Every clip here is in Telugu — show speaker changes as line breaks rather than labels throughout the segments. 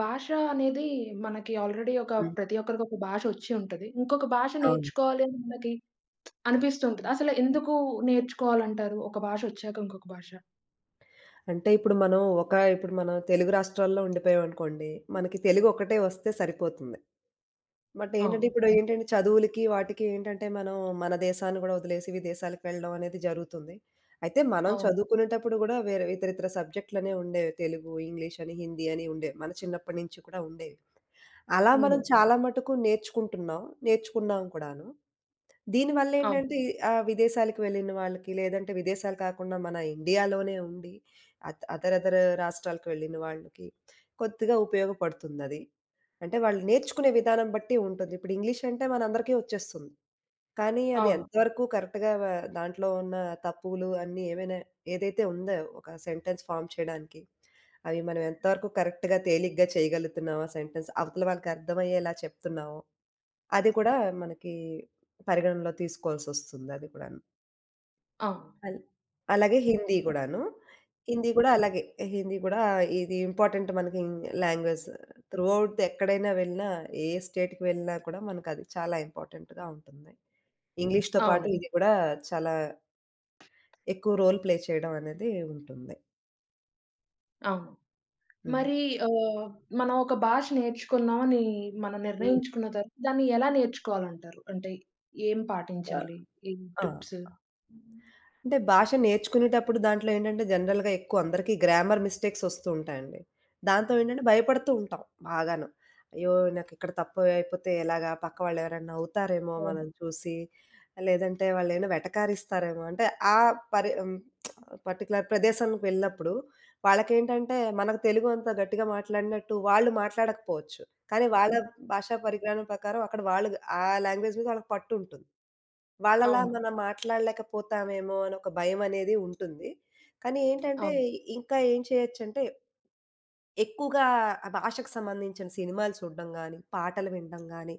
భాష అనేది మనకి ఆల్రెడీ ఒక
హ్మ్.
ప్రతి ఒక్కరికి ఒక భాష వచ్చి ఉంటది. ఇంకొక భాష
అవును.
నేర్చుకోవాలి అని మనకి అనిపిస్తూ ఉంటది. అసలు ఎందుకు నేర్చుకోవాలంటారు? ఒక భాష వచ్చాక ఇంకొక భాష.
అంటే ఇప్పుడు మనం తెలుగు రాష్ట్రాల్లో ఉండిపోయామనుకోండి. మనకి తెలుగు ఒక్కటే వస్తే సరిపోతుంది. బట్
అవును.
ఏంటంటే ఇప్పుడు ఏంటంటే చదువులకి వాటికి ఏంటంటే మనం మన దేశాన్ని గూడా వదిలేసి విదేశాలకు వెళ్ళడం అనేది జరుగుతుంది. అయితే మనం
అవును.
చదువుకునేటప్పుడు గూడా వేరే ఇతరితర సబ్జెక్టులనే ఉండేవి. తెలుగు, ఇంగ్లీష్ అని, హిందీ అని ఉండేవి. మన చిన్నప్పటి నుంచి కూడా ఉండేవి. అలా మనం
ఉండేది.
చాలా మటుకు నేర్చుకుంటున్నాం. నేర్చుకున్నాం కూడాను.
అవును.
దీనివల్లేంటంటే ఈ విదేశాలకు వెళ్ళిన వాళ్ళకి, లేదంటే విదేశాలు కాకుండా మన ఇండియాలోనే ఉండి అతరతర రాష్ట్రాలకు వెళ్ళిన వాళ్ళకి కొద్దిగా ఉపయోగపడుతుందది. అంటే వాళ్ళు నేర్చుకునే విధానం బట్టి ఉంటుంది. ఇప్పుడు ఇంగ్లీష్ అంటే మనందరికీ వచ్చేస్తుంది. కానీ అది
అవును.
ఎంతవరకు కరెక్ట్‌గా దాంట్లో ఉన్న తప్పులు అన్నీ ఏమైనా ఏదైతే ఉందో ఒక సెంటెన్స్ ఫార్మ్ చేయడానికి, అవి మనం ఎంతవరకు కరెక్ట్‌గా తేలిగ్గా చేయగలుగుతున్నామా సెంటెన్స్ అవతల వాళ్ళకి అర్థమయ్యేలా చెప్తున్నాము. అది కూడా మనకి పరిగణనలో తీసుకోవాల్సొస్తుంది అది కూడాను.
అవును.
అల్ అలాగే హిందీ కూడాను. హిందీ కూడా అలాగే. హిందీ కూడా ఇది ఇంపార్టెంట్ మనకి లాంగ్వేజ్. త్రూ ఔట్ ఎక్కడైనా వెళ్ళినా, ఏ స్టేట్‌కి వెళ్ళినా కూడా మనకది చాలా ఇంపార్టెంట్‌గా ఉంటుంది. ఇంగ్లీష్‌తో పాటు
అవునండి.
ఇది కూడా చాలా ఎక్కువ రోల్ ప్లే చేయడం అనేది ఉంటుంది.
అవును.
హుహు.
మరి ఆహ్, మనం ఒక భాష నేర్చుకుందామని మనం
హ్మ్.
నిర్ణయించుకున్న తర్వాత దాన్ని ఎలా నేర్చుకోవాలంటారు? అంటే ఏం
ఆ!
పాటించాలి? ఏం
ఆ!
టిప్స్?
అంటే భాష నేర్చుకునేటప్పుడు దాంట్లో ఏంటంటే జనరల్‌గా ఎక్కువ అందరికీ గ్రామర్ మిస్టేక్స్ ఒస్తూ ఉంటాయండి. దాంతో ఏంటంటే భయపడుతూ ఉంటాం బాగాను. అయ్యో! నాకిక్కడ తప్పు అయిపోతే ఎలాగా? పక్క వాళ్ళెవరైనా నవ్వుతారేమో
అవును.
మనం చూసి. లేదంటే వాళ్ళేమైనా వెటకారిస్తారేమో. అంటే ఆ పరి హ్మ్. పర్టిక్యులర్ ప్రదేశానికి వెళ్ళినప్పుడు వాళ్ళకేంటంటే మనకు తెలుగు అంత గట్టిగా మాట్లాడినట్టు వాళ్ళు మాట్లాడకపోవచ్చు. కానీ వాళ్ళ భాషా పరిజ్ఞానం ప్రకారం అక్కడ వాళ్ళు ఆ లాంగ్వేజ్ మీద వాళ్ళకి పట్టుంటుంది. వాళ్ళలా
అవును.
మనం మాట్లాడలేకపోతామేమో అని ఒక భయమనేది ఉంటుంది. కానీ ఏంటంటే,
అవును.
ఇంకా ఏం చేయొచ్చంటే ఎక్కువగా ఆ భాషకు సంబంధించిన సినిమాలు చూడడం గానీ, పాటలు వినడం గానీ,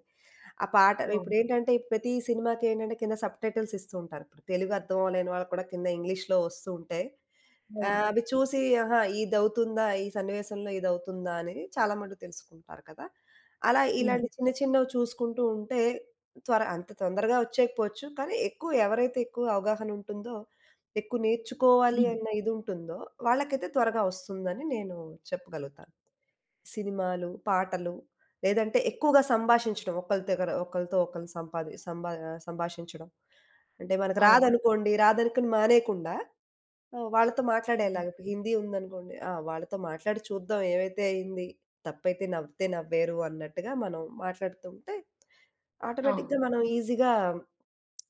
ఆ పాట
అవును.
ఇప్పుడేంటంటే ప్రతి సినిమాకేంటంటే కింద సబ్‌టైటిల్స్ ఇస్తూ ఉంటారు. ఇప్పుడు తెలుగు అర్థం అవ్వలేని వాళ్ళకి కూడా కింద ఇంగ్లీష్‌లో వస్తూ ఉంటాయి.
అవును.
అవి చూసి ఆహా! ఇదవుతుందా? ఈ సన్నివేశంలో ఇదవుతుందా? అనేది చాలా మటుకు తెలుసుకుంటారు కదా! అలా
హ్మ్.
ఇలాంటి చిన్న చిన్నవి చూసుకుంటూ ఉంటే అంత తొందరగా వచ్చేయకపోవచ్చు. కానీ ఎవరైతే ఎక్కువ అవగాహన ఉంటుందో, ఎక్కువ నేర్చుకోవాలి
హ్మ్.
అన్న ఇదుంటుందో వాళ్ళకైతే త్వరగా వస్తుందని నేను చెప్పగలుగుతాను. సినిమాలు, పాటలు లేదంటే ఎక్కువగా సంభాషించడం ఒకళ్ళ దగ్గర ఒకళ్ళతో ఒకళ్ళు సంపాది సంభా సంభాషించడం. అంటే మనకు
అవును.
రాదనుకోండి, రాదనుకుని మానేయకుండా వాళ్ళతో
హ్మ్.
మాట్లాడేలాగా. ఇప్పుడు హిందీ ఉందనుకోండి, ఆ! వాళ్ళతో మాట్లాడి చూద్దాం ఏవైతే అయింది. తప్పైతే నవ్వితే నవ్వేరు అన్నట్టుగా మనం మాట్లాడుతూ ఉంటే
అవును.
ఆటోమేటిక్‌గా మనం ఈజీగా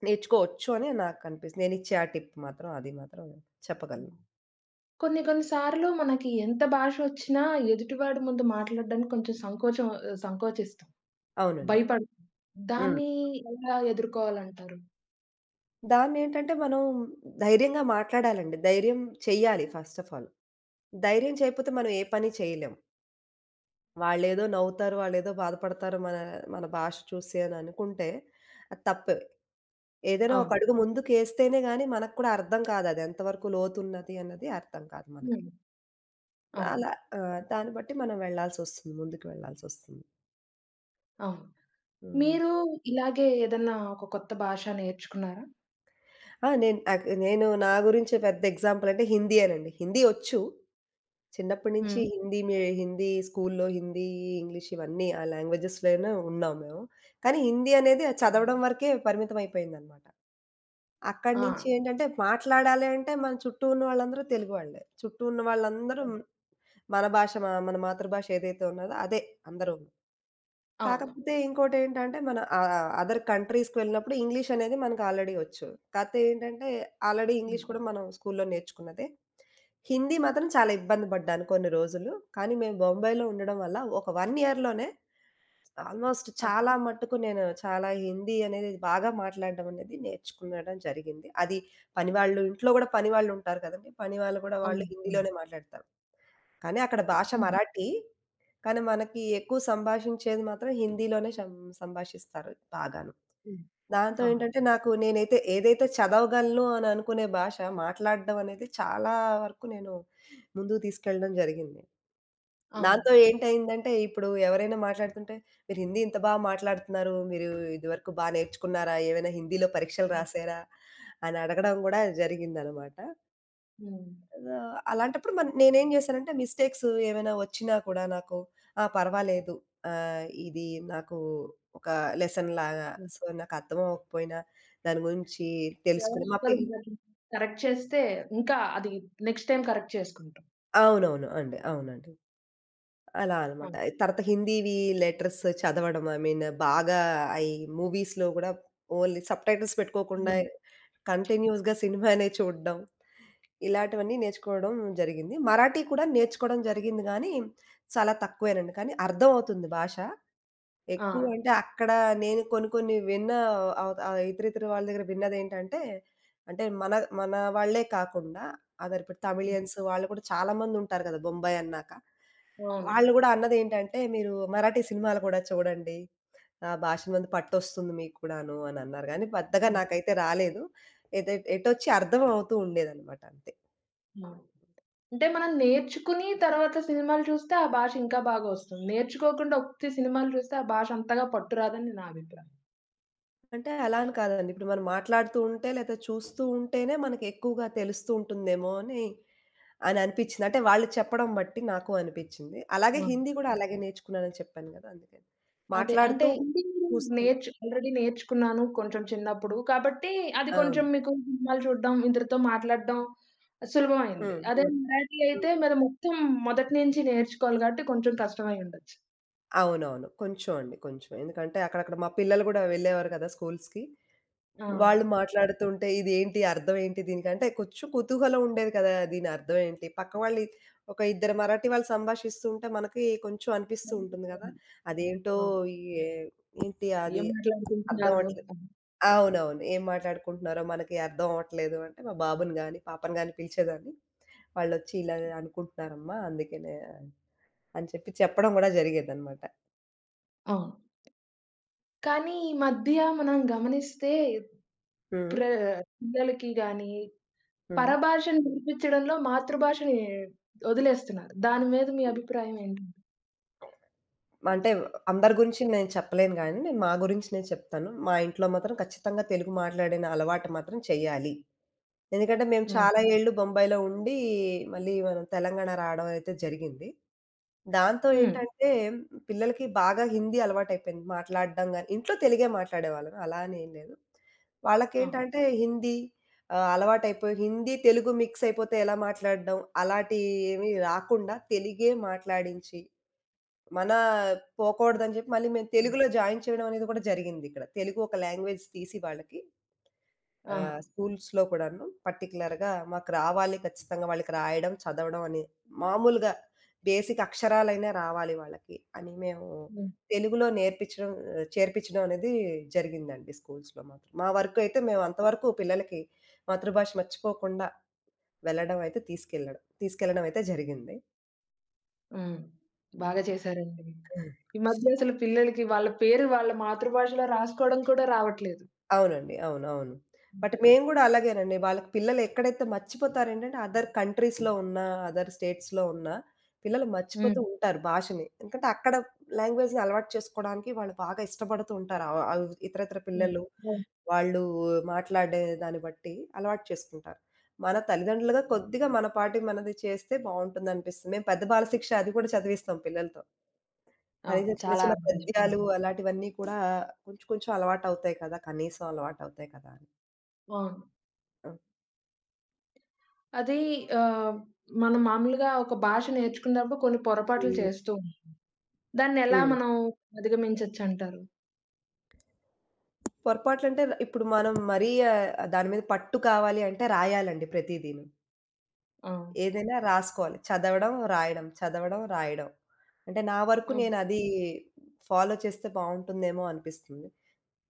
నేర్చుకోవచ్చు అని నాకు అనిపిస్తుంది. నేనిచ్చే ఆ టిప్ మాత్రం అది మాత్రం
హ్మ్.
చెప్పగలను.
కొన్ని కొన్ని సార్లు మనకి ఎంత భాష వచ్చినా ఎదుటివాడి ముందు మాట్లాడడానికి కొంచెం సంకోచం సంకోచిస్తాం.
అవునండి.
భయపడతాం.
హ్మ్.
దాన్ని ఎలా ఎదుర్కోవాలంటారు?
దాన్నేంటంటే మనం ధైర్యంగా మాట్లాడాలండి. ధైర్యం చెయ్యాలి ఫస్ట్ ఆఫ్ ఆల్. ధైర్యం చేయకపోతే మనం ఏ పని చేయలేం. వాళ్ళేదో నవ్వుతారు, వాళ్ళేదో బాధపడతారు మన మన భాష చూసి అని అనుకుంటే అది తప్పే. ఏదైనా ఒక
అవును.
అడుగు ముందుకేస్తేనే గాని మనకు కూడా అర్థం కాదు అది ఎంతవరకు లోతున్నది అన్నది అర్థం కాదు మనకి.
హ్మ్. అవును.
అలా దాన్ని బట్టి మనం వెళ్ళాల్సొస్తుంది. ముందుకు వెళ్ళాల్సొస్తుంది.
అవును.
హ్మ్.
మీరు ఇలాగే ఏదన్నా ఒక కొత్త భాష నేర్చుకున్నారా?
ఆ! నేను నా గురించి పెద్ద ఎగ్జాంపుల్ అంటే హిందీయేనండి. హిందీ ఒచ్చు. చిన్నప్పటి నుంచి
హ్మ్.
హిందీ స్కూల్లో హిందీ, ఇంగ్లీష్ ఇవన్నీ ఆ లాంగ్వేజెస్‌లోనే ఉన్నాం మేము. కానీ హిందీ అనేది అది
అవును.
చదవడం వరకే పరిమితం అయిపోయిందనమాట. అక్కడి నుంచి
ఆ!
ఏంటంటే మాట్లాడాలి అంటే మన చుట్టూ ఉన్న వాళ్ళందరూ తెలుగు వాళ్ళే. చుట్టూ ఉన్న వాళ్ళందరూ
అవును.
మన భాష మ మన మాతృభాష ఏదైతే ఉన్నదో అదే అందరూను.
అవును.
కాకపోతే ఇంకోటేంటంటే మన అదర్ కంట్రీస్‌కి వెళ్ళినప్పుడు ఇంగ్లీష్ అనేది మనకు ఆల్రెడీ వచ్చు. కాతే ఏంటంటే ఆల్రెడీ ఇంగ్లీష్
హ్మ్.
కూడా మనం స్కూల్లో నేర్చుకున్నదే. హిందీ మాత్రం చాలా ఇబ్బంది పడ్డాను కొన్ని రోజులు. కానీ మేము బొంబాయిలో ఉండడం వల్ల ఒక 1 ఇయర్‌లోనే ఆల్‌మోస్ట్
అ
చాలా మట్టుకు నేను చాలా హిందీ అనేది బాగా మాట్లాడడం అనేది నేర్చుకునడం జరిగింది. అది పనివాళ్ళు ఇంట్లో గూడా పనివాళ్ళుంటారు కదండీ! పనివాళ్ళు గూడా వాళ్ళు
అవును. హ్మ్.
హిందీలోనే మాట్లాడతారు. కానీ అక్కడ భాష
హ్మ్.
మరాఠీ. కానీ మనకి ఎక్కువ సంభాషించేది మాత్రం హిందీలోనే సంభాషిస్తారు బాగాను.
హ్మ్.
దాంతో
అవును.
ఏంటంటే నాకు నేనైతే ఏదైతే చదవగలను అని అనుకునే భాష మాట్లాడడం అనేది చాలా వరకు నేను ముందుకు తీసుకెళ్ళడం జరిగింది.
అవును.
దాంతో ఏంటయిందంటే ఇప్పుడు ఎవరైనా మాట్లాడుతుంటే, "మీరు హిందీ ఇంత మాట్లాడుతున్నారు. మీరు ఇదివరకు నేర్చుకున్నారా? ఏవైనా హిందీలో పరీక్షలు
హ్మ్.
రాసారా?" అని అడగడం గూడా జరిగిందనమాట.
హ్మ్.
ఆ! అలాంటప్పుడు నేనేం చేశానంటే మిస్టేక్స్ ఏమైనా వచ్చినా కూడా నాకు ఆ! పర్వాలేదు. ఇది నాకు ఒక లెసన్ లాగా.
హ్మ్.
సో, నాకు అర్థం అవ్వకపోయినా దాని గురించి
ఎవరో
తెలుసుకుని మా
ఒకరు
పిల్
మనల్ని కరెక్ట్ చేస్తే ఇంకా అది నెక్స్ట్ టైమ్ కరెక్ట్ చేసుకుంటాం.
అవునవును. అండి. అవునండి. అలా అనమాట.
అవును.
తర్వాత హిందీవి లెటర్స్ చదవడం ఐ మీన్ బాగా అయి మూవీస్‌లో కూడా ఓన్లీ సబ్‌టైటిల్స్ పెట్టుకోకుండా
హ్మ్.
కంటిన్యూయస్‌గా సినిమానే చూడడం. ఇలాంటివన్నీ నేర్చుకోవడం జరిగింది. మరాఠీ కూడా నేర్చుకోవడం జరిగింది గానీ, చాలా తక్కువేనండి. కానీ అర్థమవుతుంది భాష.
ఆ!
ఎక్కువ అంటే అక్కడ నేను కొన్ని కొన్ని విన్న ఇతర ఇతర వాళ్ళ దగ్గర విన్నదేంటంటే, అంటే మన మన వాళ్ళే కాకుండా ఇప్పుడు
హ్మ్.
తమిళియన్స్ వాళ్ళు కూడా చాలా మందుంటారు కదా! బొంబాయి అన్నాక.
అవును.
వాళ్ళు గూడా అన్నదేంటంటే, "మీరు మరాఠీ సినిమాలు కూడా చూడండి. ఆ భాష మీద పట్టొస్తుంది మీకు కూడాను" అని అన్నారు గానీ, పెద్దగా
హ్మ్.
నాకైతే రాలేదు. ఎటొచ్చి అర్థం అవుతూ ఉండేదనమాట అంతే.
హ్మ్. అంటే మనం నేర్చుకుని తర్వాత సినిమాలు చూస్తే ఆ భాష ఇంకా బాగా వస్తుంది. నేర్చుకోకుండా ఒత్తి సినిమాలు చూస్తే ఆ భాష అంతగా పట్టురాదని నా అభిప్రాయం.
అంటే అలా అని కాదండి. ఇప్పుడు మనం మాట్లాడుతూ ఉంటే లేతే చూస్తూ ఉంటేనే మనకెక్కువగా తెలుస్తూ ఉంటుందేమో అని అననిపిచ్చింది. అంటే వాళ్ళు చెప్పడం బట్టి నాకు అనిపిచ్చింది. అలాగే
ఆ!
హిందీ గూడా అలాగే నేర్చుకున్నానని చెప్పాను గదా! అందుకని.
అదే. అంటే
మాట్లాడుతూ,
హిందీ మీరు
చూస్తూ.
ఆల్రెడీ నేర్చుకున్నాను కొంచెం చిన్నప్పుడు. కాబట్టి అది
ఆ!
కొంచెం మీకు సినిమాలు చూడడం, ఇద్దరితో మాట్లాడడం సులభమైంది.
హ్మ్.
అదే
హ్మ్.
మరాఠీ
హ్మ్.
అయితే మీరు మొత్తం మొదటి నుంచి నేర్చుకోవాలి కాబట్టి కొంచెం కష్టమై ఉండొచ్చు.
అవునవును. కొంచెం అండి. కొంచెం. ఎందుకంటే అక్కడక్కడ మా పిల్లలు గూడా వెళ్ళేవారు గదా! స్కూల్స్‌కి.
ఆ!
వాళ్ళు మాట్లాడుతుంటే ఇదేంటి? అర్థం ఏంటి దీనికి? అంటే కొంచెం కుతూహలం ఉండేది కదా! దీని అర్థం ఏంటి? పక్క వాళ్ళు ఒక ఇద్దరు మరాఠీ వాళ్ళు సంభాషిస్తూ ఉంటే మనకి కొంచెం అనిపిస్తూ ఉంటుంది గదా!
కనిపిస్తుంది.
అదేంటో
అవును.
ఈ ఏ- ఏంటి అది
ఏం
అర్థం
మాట్లాడుకుంటున్నారో
అవ్వట్లే.
అని.
అవునవును. ఏం మాట్లాడుకుంటున్నారో మనకి అర్థం అవ్వట్లేదు అంటే మా బాబుని గాని, పాపని గాని పిలిచేదాన్ని. వాళ్ళొచ్చి ఇలా అనుకుంటున్నారమ్మా అందుకనే అని చెప్పి చెప్పడం గూడా జరిగేదనమాట.
అవును. కానీ ఈ మధ్య మనం గమనిస్తే
హ్మ్.
ప్ర పిల్లలకి గాని,
హ్మ్.
పరభాషను నేర్పించడంలో మాతృభాషని వదిలేస్తున్నారు. దాని మీద మీ అభిప్రాయం ఏంటండి?
అంటే అందరి గురించి నేను చెప్పలేను గానీ, నేను మా గురించి నేను చెప్తాను. మా ఇంట్లో మాత్రం ఖచ్చితంగా తెలుగు మాట్లాడిన అలవాటు మాత్రం చెయ్యాలి. ఎందుకంటే మేము
హ్మ్.
చాలా ఏళ్ళు బొంబాయిలో ఉండి, మళ్ళీ మనం తెలంగాణ రావడం అయితే జరిగింది. దాంతో
హ్మ్.
ఏంటంటే, పిల్లలకి బాగా హిందీ అలవాటయిపోయింది. మాట్లాడడం గాని ఇంట్లో తెలుగే మాట్లాడేవాళ్ళం అలా అని ఏం లేదు.
ఆ!
వాళ్ళకేంటంటే హిందీ అలవాటయిపోయి హిందీ, తెలుగు మిక్స్ అయిపోతే ఎలా మాట్లాడడం అలాంటియేమీ రాకుండా తెలుగే మాట్లాడించి మన పోకూడదని చెప్పి మళ్ళీ మేము
హ్మ్.
తెలుగులో జాయిన్ చేయడం అనేది కూడా జరిగిందిక్కడ. తెలుగు ఒక లాంగ్వేజ్ తీసి వాళ్ళకి
ఆ!
స్కూల్స్‌లో కూడాను పర్టిక్యులర్‌గా మాకు రావాలి ఖచ్చితంగా వాళ్ళకి రాయడం, చదవడం అని మామూలుగా బేసిక్ అక్షరాలైనా రావాలి వాళ్ళకి అని మేము
హ్మ్.
తెలుగులో నేర్పించడం చేర్పించడం అనేది జరిగిందండి స్కూల్స్‌లో మాత్రం. మా వరకు అయితే మేము అంతవరకు పిల్లలకి మాతృభాష మర్చిపోకుండా వెళ్ళడం అయితే తీసుకెళ్ళడం తీసుకెళ్ళడం అయితే జరిగింది.
హ్మ్. బాగా చేశారండి.
హ్మ్.
ఈ మధ్య అసలు పిల్లలకి వాళ్ళ పేరు వాళ్ళ మాతృభాషలో రాసుకోవడం కూడా రావట్లేదు.
అవునండి. అవును. అవును.
హ్మ్.
బట్ మేము గూడా అలాగేనండి. వాళ్ళకి పిల్లలు ఎక్కడైతే మర్చిపోతారేంటంటే అదర్ కంట్రీస్‌లో ఉన్న, అదర్ స్టేట్స్‌లో ఉన్న పిల్లలు
హ్మ్.
మర్చిపోతూ ఉంటారు భాషని. ఎందుకంటే అక్కడ లాంగ్వేజ్‌ని అలవాటు చేసుకోవడానికి వాళ్ళు బాగా ఇష్టపడుతూ ఉంటారు. ఆహ్, ఆహ్, ఇతర ఇతర
హ్మ్.
పిల్లలు
అవును.
వాళ్ళు మాట్లాడే దాన్ని బట్టి అలవాటు చేసుకుంటారు. మన తల్లిదండ్రులుగా కొద్దిగా మన పాటికి మనది చేస్తే బావుంటుందనిపిస్తుంది. మేము పెద్ద బాలశిక్ష అది కూడా చదివిస్తాం పిల్లలతో.
అవును.
కనీసం చిన్న
చాలా
చిన్న
మంచి
పద్యాలు
పని.
అలాంటివన్నీ కూడా కొంచెం కొంచెం అలవాటవుతాయి కదా! కనీసం అలవాటవుతాయి కదా! అని.
అవును.
హ్మ్.
అది ఆహ్, మనం మామూలుగా ఒక భాష నేర్చుకున్నప్పుడు కొన్ని పొరపాట్లు
హ్మ్.
చేస్తూ ఉంటాం. దాన్నెలా
హ్మ్.
మనం అధిగమించొచ్చంటారు?
పొరపాట్లంటే ఇప్పుడు మనం మరీ దాని మీద పట్టు కావాలి అంటే రాయాలండి ప్రతీదీను.
ఆ!
ఏదైనా రాసుకోవాలి. చదవడం, రాయడం, చదవడం, రాయడం. అంటే నా వరకు
హ్మ్.
నేనది ఫాలో చేస్తే బావుంటుందేమో అనిపిస్తుంది.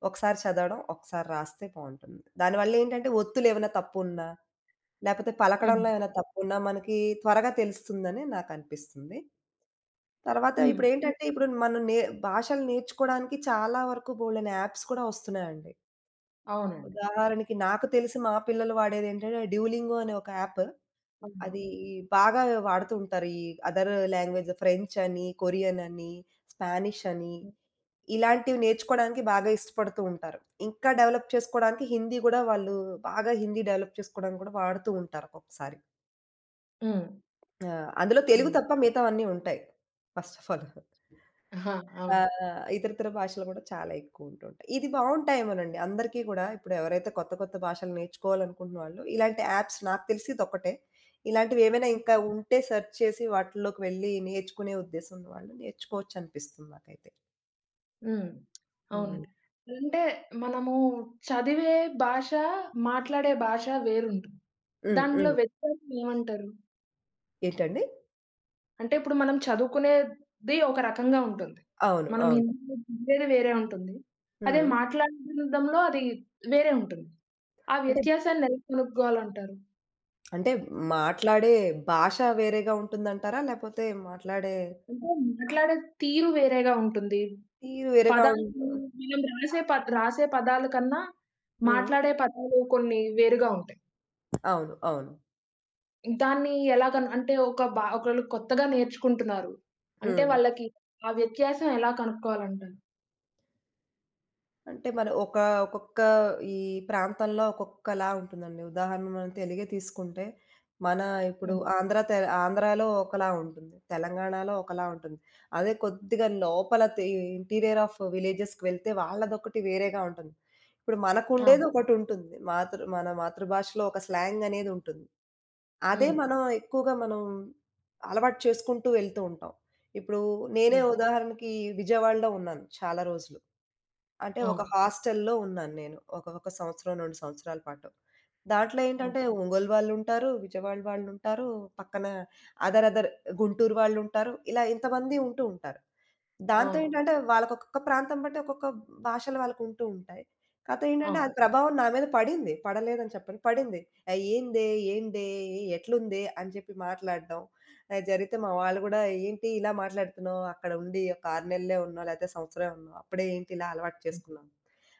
ఒకసారి చదవడం, ఒకసారి రాస్తే బావుంటుంది. దానివల్లేంటంటే ఒత్తులేమైనా తప్పున్నా లేపోతే
అవును.
పలకడంలో ఏమైనా తప్పున్నా మనకి త్వరగా తెలుస్తుందని నాకనిపిస్తుంది. తర్వాత
హ్మ్.
ఇప్పుడేంటంటే, ఇప్పుడు మనం నే భాషలు నేర్చుకోడానికి చాలా వరకు బోలెడన్ని యాప్స్ కూడా వస్తున్నాయండి.
అవునండి.
ఉదాహరణకి నాకు తెలిసి మా పిల్లలు వాడేదేంటంటే, డ్యూలింగో అనే ఒక యాప్.
అవును.
అది బాగా వాడుతూ ఉంటారు. ఈ అదర్ లాంగ్వేజ్ ఫ్రెంచ్ అని, కొరియన్ అని, స్పానిష్ అని ఇలాంటివి నేర్చుకోవడానికి బాగా ఇష్టపడుతూ ఉంటారు. ఇంకా డెవలప్ చేసుకోవడానికి హిందీ గూడా వాళ్ళు బాగా హిందీ డెవలప్ చేసుకోవడానికి కూడా వాడుతూ ఉంటారు ఒక్కొక్కసారి.
హ్మ్.
ఆ! అందులో తెలుగు
హ్మ్.
తప్ప మిగతావన్నీ ఉంటాయి. First of all.
ఆహా! అవును.
ఇతరితర భాషలు కూడా చాలా ఎక్కువ ఉంటుంటాయి. ఇది బావుంటాయేమోనండి. అందరికీ కూడా ఇప్పుడు ఎవరైతే కొత్త, కొత్త భాషలు నేర్చుకోవాలనుకుంటున్న వాళ్ళు ఇలాంటి యాప్స్ నాకు తెలిసి ఇదొక్కటే. ఇలాంటివి ఏమైనా ఇంకా ఉంటే సెర్చ్ చేసి వాటిల్లోకి వెళ్ళి నేర్చుకునే ఉద్దేశం ఉన్న వాళ్ళు నేర్చుకోవచ్చు అనిపిస్తుంది నాకైతే.
హ్మ్.
హ్మ్.
అవునండి. అంటే మనము చదివే భాష, మాట్లాడే భాష వేరుంటుంది.
హ్మ్.
దాంట్లో
హ్మ్.
వ్యత్యాసం ఏమంటారు?
ఏంటండి?
అంటే ఇప్పుడు మనం చదువుకునేది ఒక రకంగా ఉంటుంది.
అవును.
మనం
అవును.
హిందీలో చదివేది వేరే ఉంటుంది. అదే
హ్మ్.
మాట్లాడడంలో అది వేరే ఉంటుంది. ఆ
అంటే,
వ్యత్యాసాన్ని ఎలా కనుక్కోవాలంటారు?
అంటే, మాట్లాడే భాష వేరేగా ఉంటుందంటారా? లేపోతే మాట్లాడే
అంటే మాట్లాడే తీరు వేరేగా ఉంటుంది.
తీరు వేరేగా
పదాలు
ఉంటు
మనం రాసే పదాల కన్నా
హ్మ్.
మాట్లాడే పదాలు కొన్ని వేరుగా ఉంటాయి.
అవును. అవును.
దాన్ని ఎలా అంటే ఒక బా ఒకళ్ళు కొత్తగా నేర్చుకుంటున్నారు. అంటే
హ్మ్.
వాళ్ళకి ఆ వ్యత్యాసం ఎలా కనుక్కోవాలంటారు?
అంటే మన ఒక ఒక్కొక్క ఈ ప్రాంతంలో ఒక్కొక్కలా ఉంటుందండి. ఉదాహరణ మనం తెలుగే తీసుకుంటే, మన ఇప్పుడు
హ్మ్.
ఆంధ్ర తె ఆంధ్రాలో ఒకలా ఉంటుంది. తెలంగాణలో ఒకలా ఉంటుంది. అదే కొద్దిగా లోపల తె ఇంటీరియర్ ఆఫ్ విలేజెస్‌కి వెళ్తే వాళ్ళదొకటి వేరేగా ఉంటుంది. ఇప్పుడు
ఆ!
మనకుండేది ఒకటుంటుంది. మన మాతృభాషలో ఒక స్లాంగ్ అనేదుంటుంది. అదే
హ్మ్.
మనం ఎక్కువగా అలవాటు చేసుకుంటూ వెళ్తూ ఉంటాం. ఇప్పుడు నేనే
హ్మ్.
ఉదాహరణకి విజయవాడలో ఉన్నాను చాలా రోజులు. అంటే ఒక
అవును.
హాస్టల్‌లో ఉన్నాను నేను. ఒక ఒక సంవత్సరం, 2 సంవత్సరాల పాటు. దాంట్లో
అవును.
ఏంటంటే ఒంగోలు వాళ్ళుంటారు, విజయవాడ వాళ్ళుంటారు, పక్కన అదర్ అదర్ గుంటూరు వాళ్ళుంటారు. ఇలా ఇంతమంది ఉంటూ ఉంటారు. దాంతో
అవును.
ఏంటంటే వాళ్ళకి ఒక్కొక్క ప్రాంతం బట్టి ఒక్కొక్క భాషలు వాళ్ళకుంటూ ఉంటాయి. కాతే ఏంటంటే
అవును.
అది ప్రభావం నా మీద పడింది. పడలేదని చెప్పను. పడింది. "ఏయిందే? ఏందే? ఎట్లుంది?" అని చెప్పి మాట్లాడడం. అది జరిగితే మా వాళ్ళు గూడా "ఏంటి ఇలా మాట్లాడుతున్నావు? అక్కడ ఉండి ఒక 6 నెలలే ఉన్నావు, లేతే సంవత్సరమే ఉన్నావు. అప్పుడే ఏంటి ఇలా అలవాటు
హ్మ్.
చేసుకున్నావు?"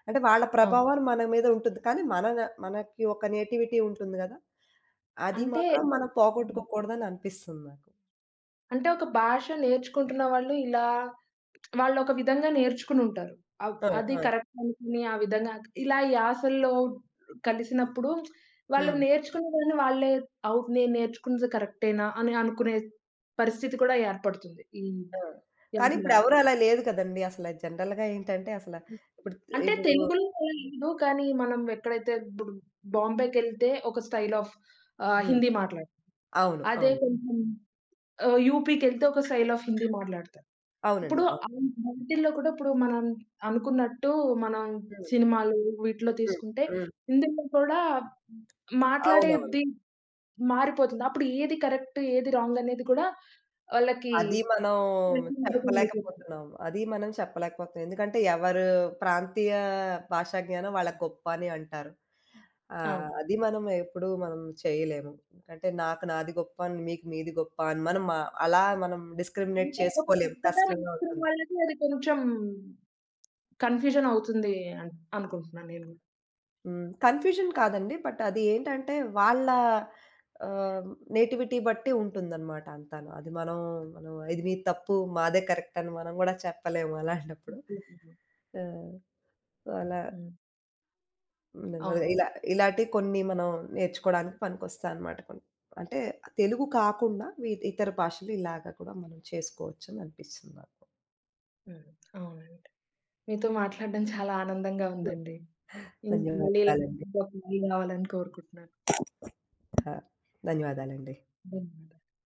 అంటే వాళ్ళ
అవును.
ప్రభావం మన మీద ఉంటుంది. కానీ మనకి ఒక నేటివిటీ ఉంటుంది గదా! అది
అంటే
మాత్రం మనం
హ్మ్.
పోగొట్టుకోకూడదని అనిపిస్తుంది నాకు.
అంటే ఒక భాష నేర్చుకుంటున్న వాళ్ళు ఇలా వాళ్ళొక విధంగా నేర్చుకునుంటారు.
ఆ!
అది
ఆ!
కరెక్ట్ అనుకుని ఆ విధంగా ఇలా యాసల్లో కలిసినప్పుడు వాళ్ళు
హ్మ్.
నేర్చుకునే దాన్ని వాళ్ళే నేను నేర్చుకున్నది కరెక్టేనా అని అనుకునే పరిస్థితి కూడా ఏర్పడుతుంది. ఈ
ఆ! కానీ
యాసల వల్ల.
ఇప్పుడెవరు అలా లేదు కదండీ. అసల జనరల్‌గా ఏంటంటే అసల ఇప్పుడు
అంటే
ఇప్పుడు
తెలుగులో లేదు కానీ మనం ఎక్కడైతే ఇప్పుడు బాంబేకెళ్తే ఒక స్టైల్ ఆఫ్
హ్మ్.
హిందీ మాట్లాడతాం.
అవును.
అదే
అవును.
కొంచెం యూపీకెళ్తే ఒక స్టైల్ ఆఫ్ హిందీ మాట్లాడతారు.
అవునండి.
ఇప్పుడు
అవును.
వాటిల్లో కూడా ఇప్పుడు మనం అనుకున్నట్టు మనం
హ్మ్.
సినిమాలు వీటిలో
హ్మ్.
తీసుకుంటే,
హ్మ్.
ఇందులో కూడా
అవునవును.
మాట్లాడేది మారిపోతుంది. అప్పుడు ఏది కరెక్ట్, ఏది రాంగ్ అనేది కూడా వాళ్ళకి
అది మనం
ప్రశ్నార్థకమైపోతుంది.
అది మనం చెప్పలేకపోతున్నాం. ఎందుకంటే ఎవరు ప్రాంతీయ భాషా జ్ఞానం వాళ్ళకి గొప్ప అని అంటారు. ఆ!
ఆ!
అది మనం ఎప్పుడు చేయలేము. అంటే నాకు నాది గొప్ప, అని, మీకు మీది గొప్ప అని మనం మ అలా మనం డిస్క్రిమినేట్
అంటే ఒక
చేసుకోలేము.
కొత్తగా
కష్టంగా
నేర్చుకునే
ఉంటుంది.
వాళ్ళకి అది కొంచెం కన్‌ఫ్యూజన్ అవుతుంది అన్ అనుకుంటున్నాను నేను గూడా.
హ్మ్. కన్ఫ్యూజన్ కాదండి. బట్ అది ఏంటంటే వాళ్ళ ఆహ్, నేటివిటీ బట్టి ఉంటుందనమాట అంతాను. అది మనం ఇది మీ తప్పు, మాదే కరెక్ట్ అని మనం గూడా చెప్పలేము
హ్మ్.
అలాంటప్పుడు.
హ్మ్.
ఆ! సో, అలా నెమ్మదిగా
అవును.
ఇలా ఇలాంటివి కొన్ని మనం నేర్చుకోవడానికి పనికొస్తాయన్నమాట కొన్ని. అంటే తెలుగు కాకుండా ఇతర భాషలు ఇలాగ కూడా మనం చేసుకోవచ్చని అనిపిస్తుంది నాకు.
హ్మ్. అవునండి. మీతో మాట్లాడడం చాలా ఆనందంగా
హ్మ్.
ఉందండి. హ్మ్. మళ్ళీ
ధన్యవాదాలండి.
ఇలాంటి కావాలని కోరుకుంటున్నాను.
ఆ! ధన్యవాదాలండి.
ధన్యవాదాలు.